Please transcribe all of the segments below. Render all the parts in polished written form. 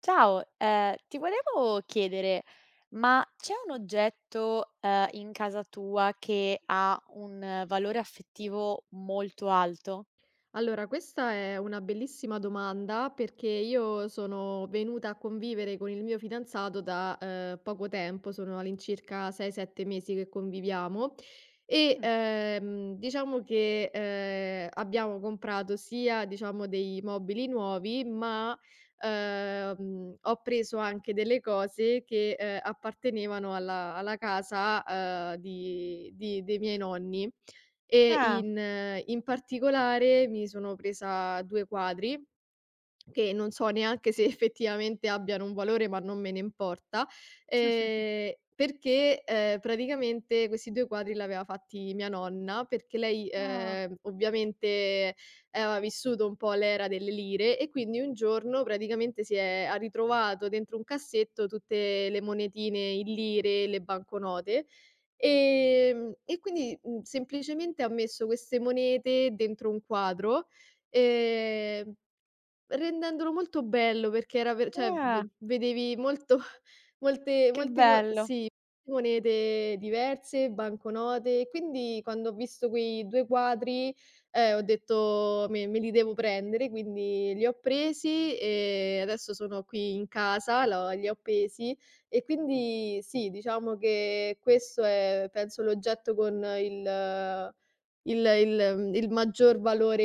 Ciao, ti volevo chiedere, ma c'è un oggetto, in casa tua che ha un valore affettivo molto alto? Allora, questa è una bellissima domanda perché io sono venuta a convivere con il mio fidanzato da poco tempo, sono all'incirca 6-7 mesi che conviviamo e Mh, diciamo che abbiamo comprato sia, diciamo, dei mobili nuovi, ma ho preso anche delle cose che appartenevano alla casa dei miei nonni. E ah, in particolare mi sono presa 2 quadri, che non so neanche se effettivamente abbiano un valore, ma non me ne importa, perché, praticamente questi 2 quadri l'aveva fatti mia nonna, perché lei, ah, ovviamente aveva vissuto un po' l'era delle lire e quindi un giorno praticamente si è ha ritrovato dentro un cassetto tutte le monetine in lire, le banconote. E quindi, semplicemente ha messo queste monete dentro un quadro, ehm rendendolo molto bello perché era ver cioè ah, ve vedevi molto molte che molte mo bello, sì, monete diverse, banconote, quindi quando ho visto quei 2 quadri, ho detto: "Me li devo prendere", quindi li ho presi e adesso sono qui in casa, l'ho li ho appesi e quindi sì, diciamo che questo è, penso, l'oggetto con il maggior valore,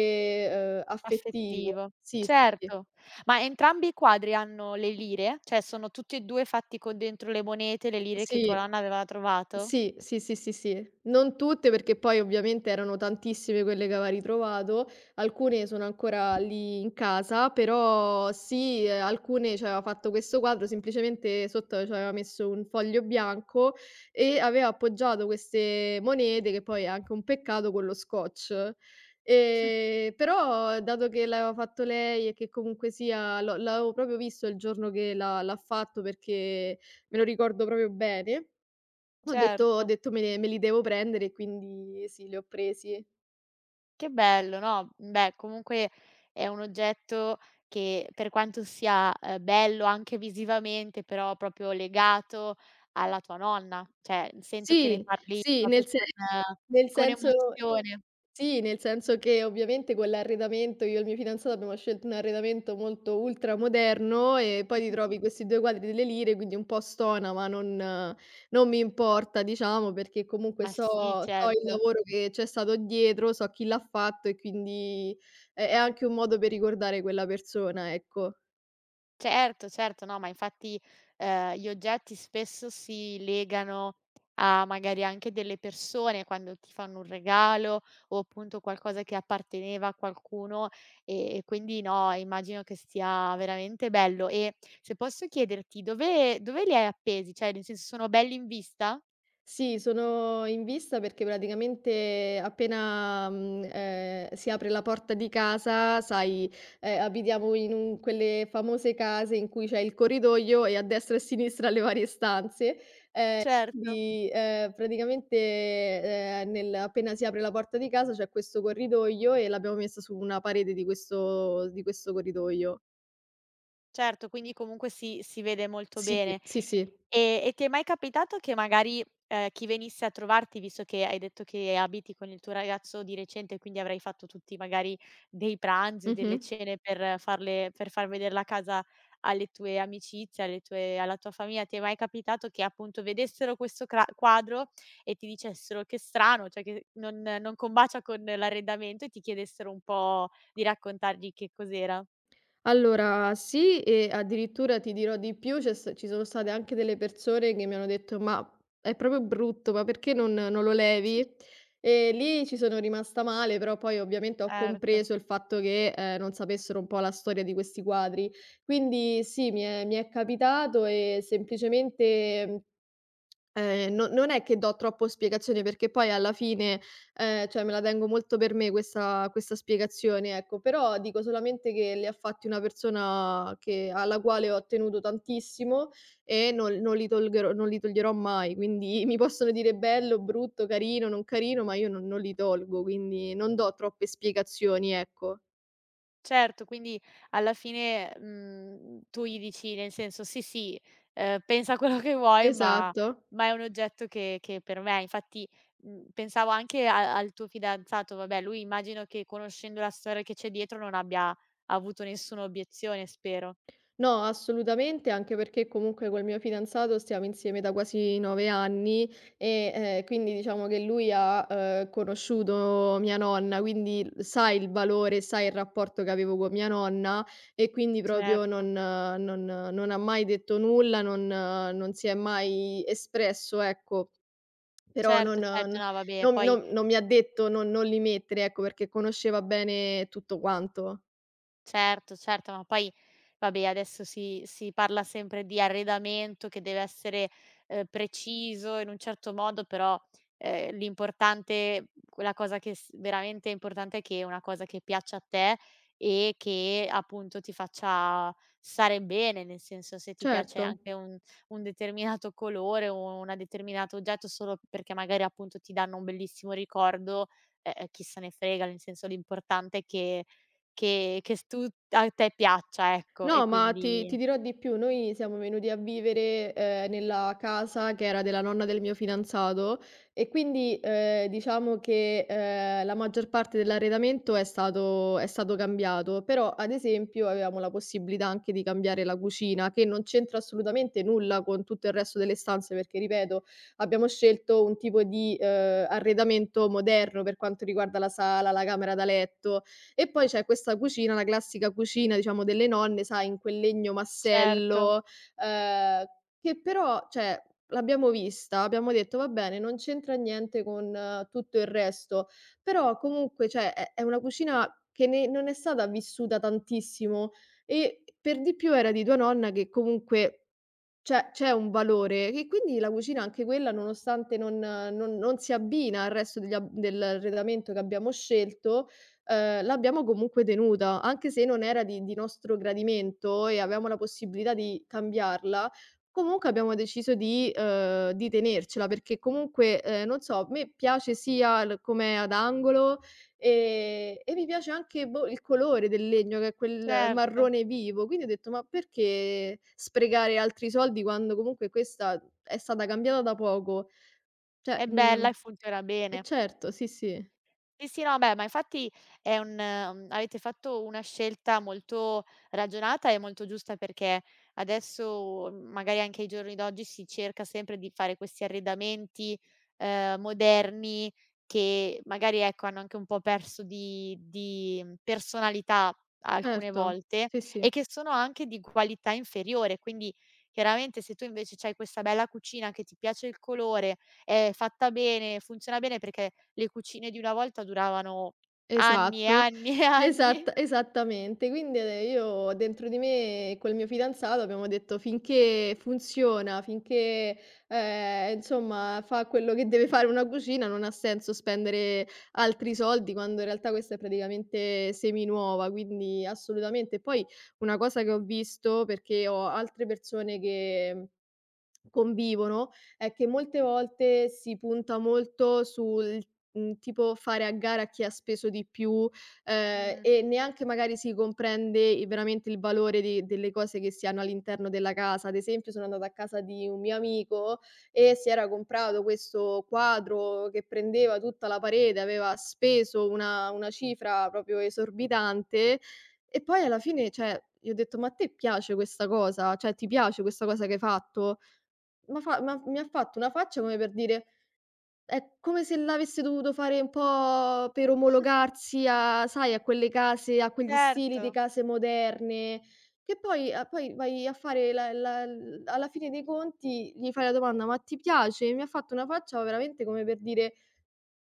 affettivo. affettivo. Sì, sì, sì. Certo. Ma entrambi i quadri hanno le lire? Cioè sono tutti e 2 fatti con dentro le monete, le lire che tua Sì, nonna aveva trovato? sì, sì, sì, sì, sì. Non tutte, perché poi ovviamente erano tantissime quelle che aveva ritrovato, alcune sono ancora lì in casa, però sì, alcune c'aveva fatto questo quadro, semplicemente sotto c'aveva messo un foglio bianco e aveva appoggiato queste monete, che poi è anche un peccato, con lo scotch. Però dato che l'aveva fatto lei e che comunque sia l'avevo proprio visto il giorno che l'ha fatto, perché me lo ricordo proprio bene, ho Certo. detto: "Me li devo prendere", e quindi sì, li ho presi. Che bello, no, beh, comunque è un oggetto che per quanto sia, bello anche visivamente, però proprio legato alla tua nonna, cioè sento che ne Sì, parli sì, proprio nel se nel con senso, emozione. sì, nel senso che ovviamente quell'arredamento, io e il mio fidanzato abbiamo scelto un arredamento molto ultramoderno e poi ti trovi questi 2 quadri delle lire, quindi un po' stona, ma non mi importa, diciamo, perché comunque Ma sì, so il certo. lavoro che c'è stato dietro, so chi l'ha fatto e quindi è anche un modo per ricordare quella persona, ecco. Certo, certo, no, ma infatti, gli oggetti spesso si legano a magari anche delle persone quando ti fanno un regalo o appunto qualcosa che apparteneva a qualcuno, e quindi no, immagino che sia veramente bello. E se posso chiederti dove li hai appesi? Cioè, nel senso sono belli in vista? Sì, sono in vista perché praticamente appena, si apre la porta di casa, sai, abitiamo in un quelle famose case in cui c'è il corridoio e a destra e a sinistra le varie stanze. Certo, Quindi, praticamente, nel appena si apre la porta di casa c'è questo corridoio e l'abbiamo messa su una parete di questo corridoio. certo, quindi comunque si vede molto Sì, bene. sì, sì. E ti è mai capitato che magari, chi venisse a trovarti, visto che hai detto che abiti con il tuo ragazzo di recente, quindi avrai fatto tutti magari dei pranzi o delle Mh-mh. cene per farle per far vedere la casa alle tue amicizie, alle tue alla tua famiglia, ti è mai capitato che appunto vedessero questo cra quadro e ti dicessero: "Che strano, cioè che non combacia con l'arredamento" e ti chiedessero un po' di raccontargli che cos'era? Allora sì, e addirittura ti dirò di più, c'è st ci sono state anche delle persone che mi hanno detto: "Ma è proprio brutto, ma perché non lo levi?" E lì ci sono rimasta male, però poi ovviamente ho Certo. compreso il fatto che, non sapessero un po' la storia di questi quadri. Quindi sì, mi è capitato, e semplicemente, no, non è che do troppo spiegazioni, perché poi alla fine, cioè, me la tengo molto per me questa spiegazione, ecco, però dico solamente che li ha fatti una persona che alla quale ho tenuto tantissimo e non li toglierò mai, quindi mi possono dire bello, brutto, carino, non carino, ma io non li tolgo, quindi non do troppe spiegazioni, ecco. Certo, quindi alla fine, tu gli dici nel senso: "Sì, sì, pensa a quello che vuoi, Esatto. ma è un oggetto che per me" infatti, pensavo anche a al tuo fidanzato, vabbè lui immagino che conoscendo la storia che c'è dietro non abbia avuto nessuna obiezione, spero. No, assolutamente, anche perché comunque col mio fidanzato stiamo insieme da quasi 9 anni e, quindi diciamo che lui ha, conosciuto mia nonna, quindi l sa il valore, sa il rapporto che avevo con mia nonna, e quindi proprio Certo, non ha mai detto nulla, non si è mai espresso, ecco. Però non certo, certo, n no vabbè, non poi non non mi ha detto non li mettere, ecco, perché conosceva bene tutto quanto. certo, certo, ma poi vabbè adesso si parla sempre di arredamento che deve essere, preciso in un certo modo, però, l'importante la cosa che s veramente è importante è che è una cosa che piaccia a te e che appunto ti faccia stare bene, nel senso se ti piace Certo. anche un determinato colore o una determinato oggetto solo perché magari appunto ti danno un bellissimo ricordo, chi se ne frega, nel senso l'importante è che s tu a te piaccia, ecco. E No, ma ti quindi ti dirò di più, noi siamo venuti a vivere, nella casa che era della nonna del mio fidanzato, e quindi, diciamo che, la maggior parte dell'arredamento è stato cambiato, però ad esempio avevamo la possibilità anche di cambiare la cucina, che non c'entra assolutamente nulla con tutto il resto delle stanze, perché, ripeto, abbiamo scelto un tipo di, arredamento moderno per quanto riguarda la sala, la camera da letto, e poi c'è questa cucina, la classica cucina, diciamo, delle nonne, sai, in quel legno certo, massello, ehm, che però, cioè, l'abbiamo vista, abbiamo detto: "Va bene, non c'entra niente con tutto il resto", però comunque, cioè, è una cucina che ne non è stata vissuta tantissimo, e per di più era di tua nonna, che comunque c'è un valore, e quindi la cucina, anche quella, nonostante non si abbina al resto degli ab dell'arredamento che abbiamo scelto, l'abbiamo comunque tenuta, anche se non era di nostro gradimento e avevamo la possibilità di cambiarla, comunque abbiamo deciso di, tenercela, perché comunque, non so, a me piace sia l com'è ad angolo. E mi piace anche, boh, il colore del legno, che è quel certo. marrone vivo, quindi ho detto: "Ma perché sprecare altri soldi quando comunque questa è stata cambiata da poco?" Cioè, È mhmm bella e funziona eh, bene. certo, sì, sì, Sì, sì, no, beh, ma infatti è un avete fatto una scelta molto ragionata e molto giusta perché adesso, magari anche ai giorni d'oggi, si cerca sempre di fare questi arredamenti, moderni che magari, ecco, hanno anche un po' perso di personalità alcune certo. volte Sì, sì. e che sono anche di qualità inferiore. Quindi, chiaramente, se tu invece c'hai questa bella cucina che ti piace il colore, è fatta bene, funziona bene perché le cucine di una volta duravano anni e Esatto, anni e anni. Esattamente. Quindi, io, dentro di me, col mio fidanzato, abbiamo detto: "Finché funziona, finché, insomma, fa quello che deve fare una cucina, non ha senso spendere altri soldi quando in realtà questa è praticamente seminuova", quindi assolutamente. Poi una cosa che ho visto, perché ho altre persone che convivono, è che molte volte si punta molto sul, tipo, fare a gara chi ha speso di più, Mh. e neanche magari si comprende i veramente il valore di delle cose che si hanno all'interno della casa. Ad esempio, sono andata a casa di un mio amico e si era comprato questo quadro che prendeva tutta la parete, aveva speso una cifra proprio esorbitante, e poi alla fine, cioè, gli ho detto: "Ma a te piace questa cosa? Cioè, ti piace questa cosa che hai fatto?" Ma fa ma mi ha fatto una faccia come per dire, è come se l'avesse dovuto fare un po' per omologarsi a sai, a quelle case, a quegli stili Certo, di case moderne, che poi a poi vai a fare la la l alla fine dei conti gli fai la domanda: "Ma ti piace?" Mi ha fatto una faccia veramente come per dire: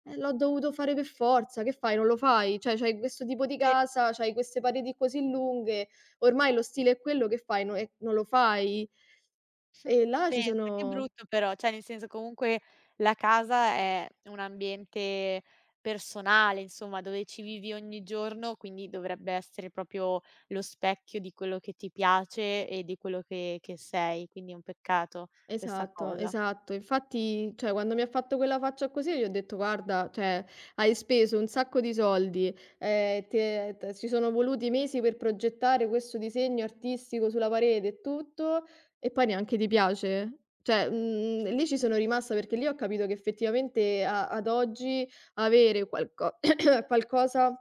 L'ho dovuto fare per forza, che fai, non lo fai? Cioè, c'hai questo tipo di pe casa, c'hai queste pareti così lunghe, ormai lo stile è quello, che fai, no, e non lo fai?" E là ci pensa, sono. che brutto però, cioè nel senso comunque la casa è un ambiente personale, insomma, dove ci vivi ogni giorno, quindi dovrebbe essere proprio lo specchio di quello che ti piace e di quello che sei, quindi è un peccato questa Esatto, cosa. esatto. Infatti, cioè, quando mi ha fatto quella faccia così, io gli ho detto: "Guarda, cioè, hai speso un sacco di soldi, ti è t ci sono voluti mesi per progettare questo disegno artistico sulla parete e tutto, e poi neanche ti piace?" Cioè, lì ci sono rimasta, perché lì ho capito che effettivamente, a ad oggi, avere qualco qualcosa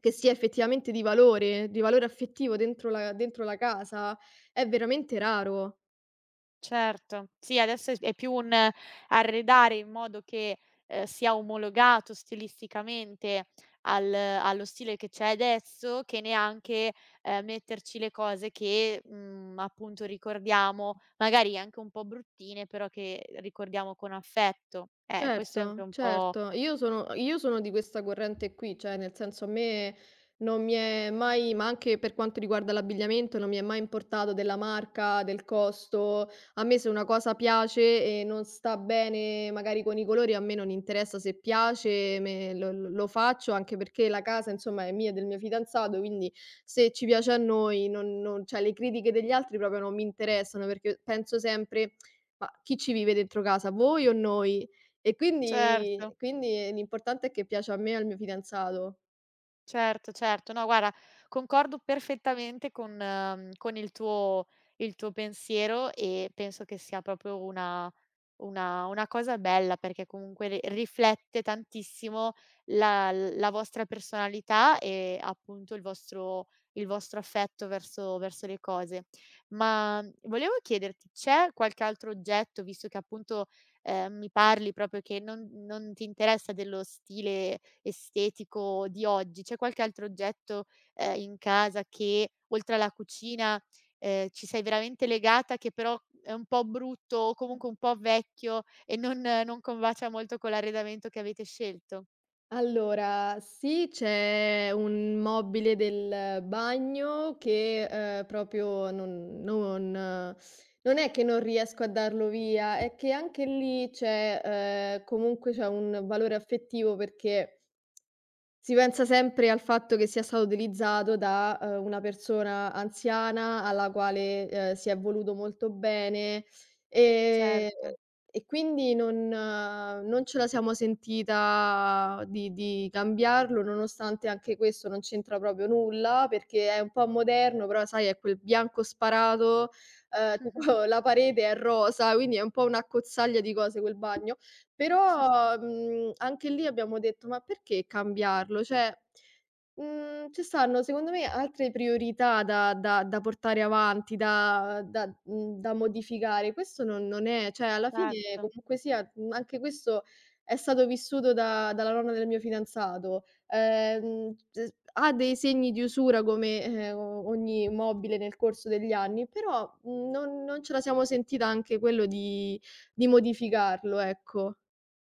che sia effettivamente di valore affettivo, dentro la casa, è veramente raro. Certo. Sì, adesso è s è più un arredare in modo che, sia omologato stilisticamente al allo stile che c'è adesso, che neanche, metterci le cose che, appunto ricordiamo, magari anche un po' bruttine, però che ricordiamo con affetto. Questo è anche Certo, un po' certo. Io sono di questa corrente qui, cioè, nel senso, a me non mi è mai, ma anche per quanto riguarda l'abbigliamento, non mi è mai importato della marca, del costo. A me, se una cosa piace e non sta bene magari con i colori, a me non interessa, se piace, me lo faccio, anche perché la casa, insomma, è mia e del mio fidanzato, quindi se ci piace a noi, non non cioè, le critiche degli altri proprio non mi interessano, perché penso sempre: "Ma chi ci vive dentro casa, voi o noi?" E certo. quindi l'importante è che piace a me e al mio fidanzato. Certo, certo. No, guarda, concordo perfettamente con con il tuo pensiero e penso che sia proprio una cosa bella, perché comunque ri riflette tantissimo la vostra personalità e appunto il vostro affetto verso le cose. Ma volevo chiederti, c'è qualche altro oggetto, visto che appunto, mi parli proprio che non ti interessa dello stile estetico di oggi? C'è qualche altro oggetto, in casa che oltre alla cucina, ci sei veramente legata che però è un po' brutto o comunque un po' vecchio e non combacia molto con l'arredamento che avete scelto? Allora, sì, c'è un mobile del bagno che, proprio non è che non riesco a darlo via, è che anche lì c'è, comunque c'è un valore affettivo, perché si pensa sempre al fatto che sia stato utilizzato da, una persona anziana alla quale, si è voluto molto bene, ehm, Certo, e quindi non ce la siamo sentita di cambiarlo, nonostante anche questo non c'entra proprio nulla, perché è un po' moderno, però sai, è quel bianco sparato, tipo la parete è rosa, quindi è un po' un'accozzaglia di cose quel bagno. Però, anche lì abbiamo detto: "Ma perché cambiarlo?" Cioè, ci stanno secondo me altre priorità da portare avanti, da modificare. Questo non non è, cioè, alla fine certo. comunque sia, anche questo è stato vissuto da dalla nonna del mio fidanzato. Z ha dei segni di usura come, o ogni mobile nel corso degli anni, però non non ce la siamo sentita, anche quello, di modificarlo, ecco.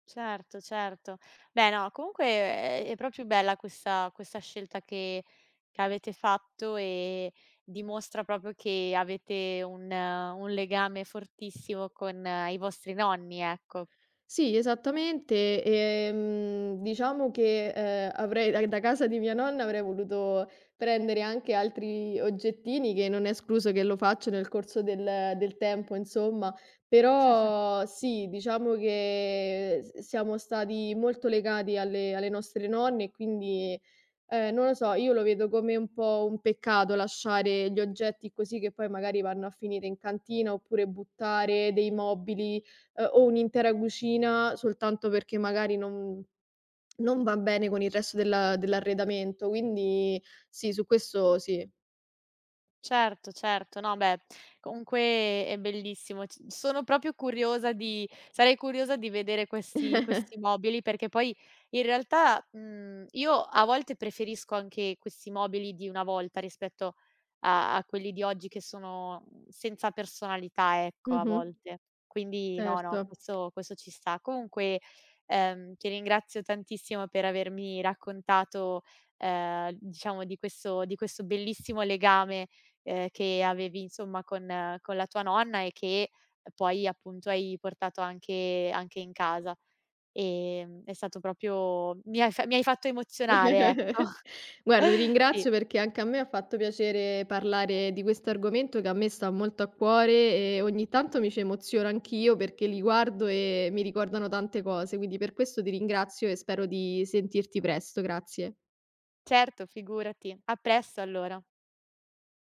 Certo, certo. Beh, no, comunque è proprio bella questa scelta che avete fatto e dimostra proprio che avete un legame fortissimo con i vostri nonni, ecco. Sì, esattamente. Diciamo che, avrei, da casa di mia nonna, avrei voluto prendere anche altri oggettini, che non è escluso che lo faccio nel corso del tempo, insomma, però sì, diciamo che s siamo stati molto legati alle nostre nonne, e quindi, non lo so, io lo vedo come un po' un peccato lasciare gli oggetti così, che poi magari vanno a finire in cantina, oppure buttare dei mobili, o un'intera cucina, soltanto perché magari non va bene con il resto della dell'arredamento. Quindi sì, su questo sì. Certo, certo. No, beh, comunque è bellissimo. C sono proprio curiosa di sarei curiosa di vedere questi mobili, perché poi in realtà, io a volte preferisco anche questi mobili di una volta rispetto a a quelli di oggi che sono, senza personalità, ecco, a Mh-mh. volte. Quindi no, Certo. no, questo ci sta. Comunque, ti ringrazio tantissimo per avermi raccontato, diciamo di questo bellissimo legame che avevi insomma con la tua nonna e che poi appunto hai portato anche anche in casa. È stato proprio mi hai fa mi hai fatto emozionare, ecco. Guarda, ti Sì, ringrazio, perché anche a me ha fatto piacere parlare di questo argomento che a me sta molto a cuore, e ogni tanto mi ci emoziono anch'io, perché li guardo e mi ricordano tante cose. Quindi per questo ti ringrazio, e spero di sentirti presto. Grazie. certo, figurati. A presto allora.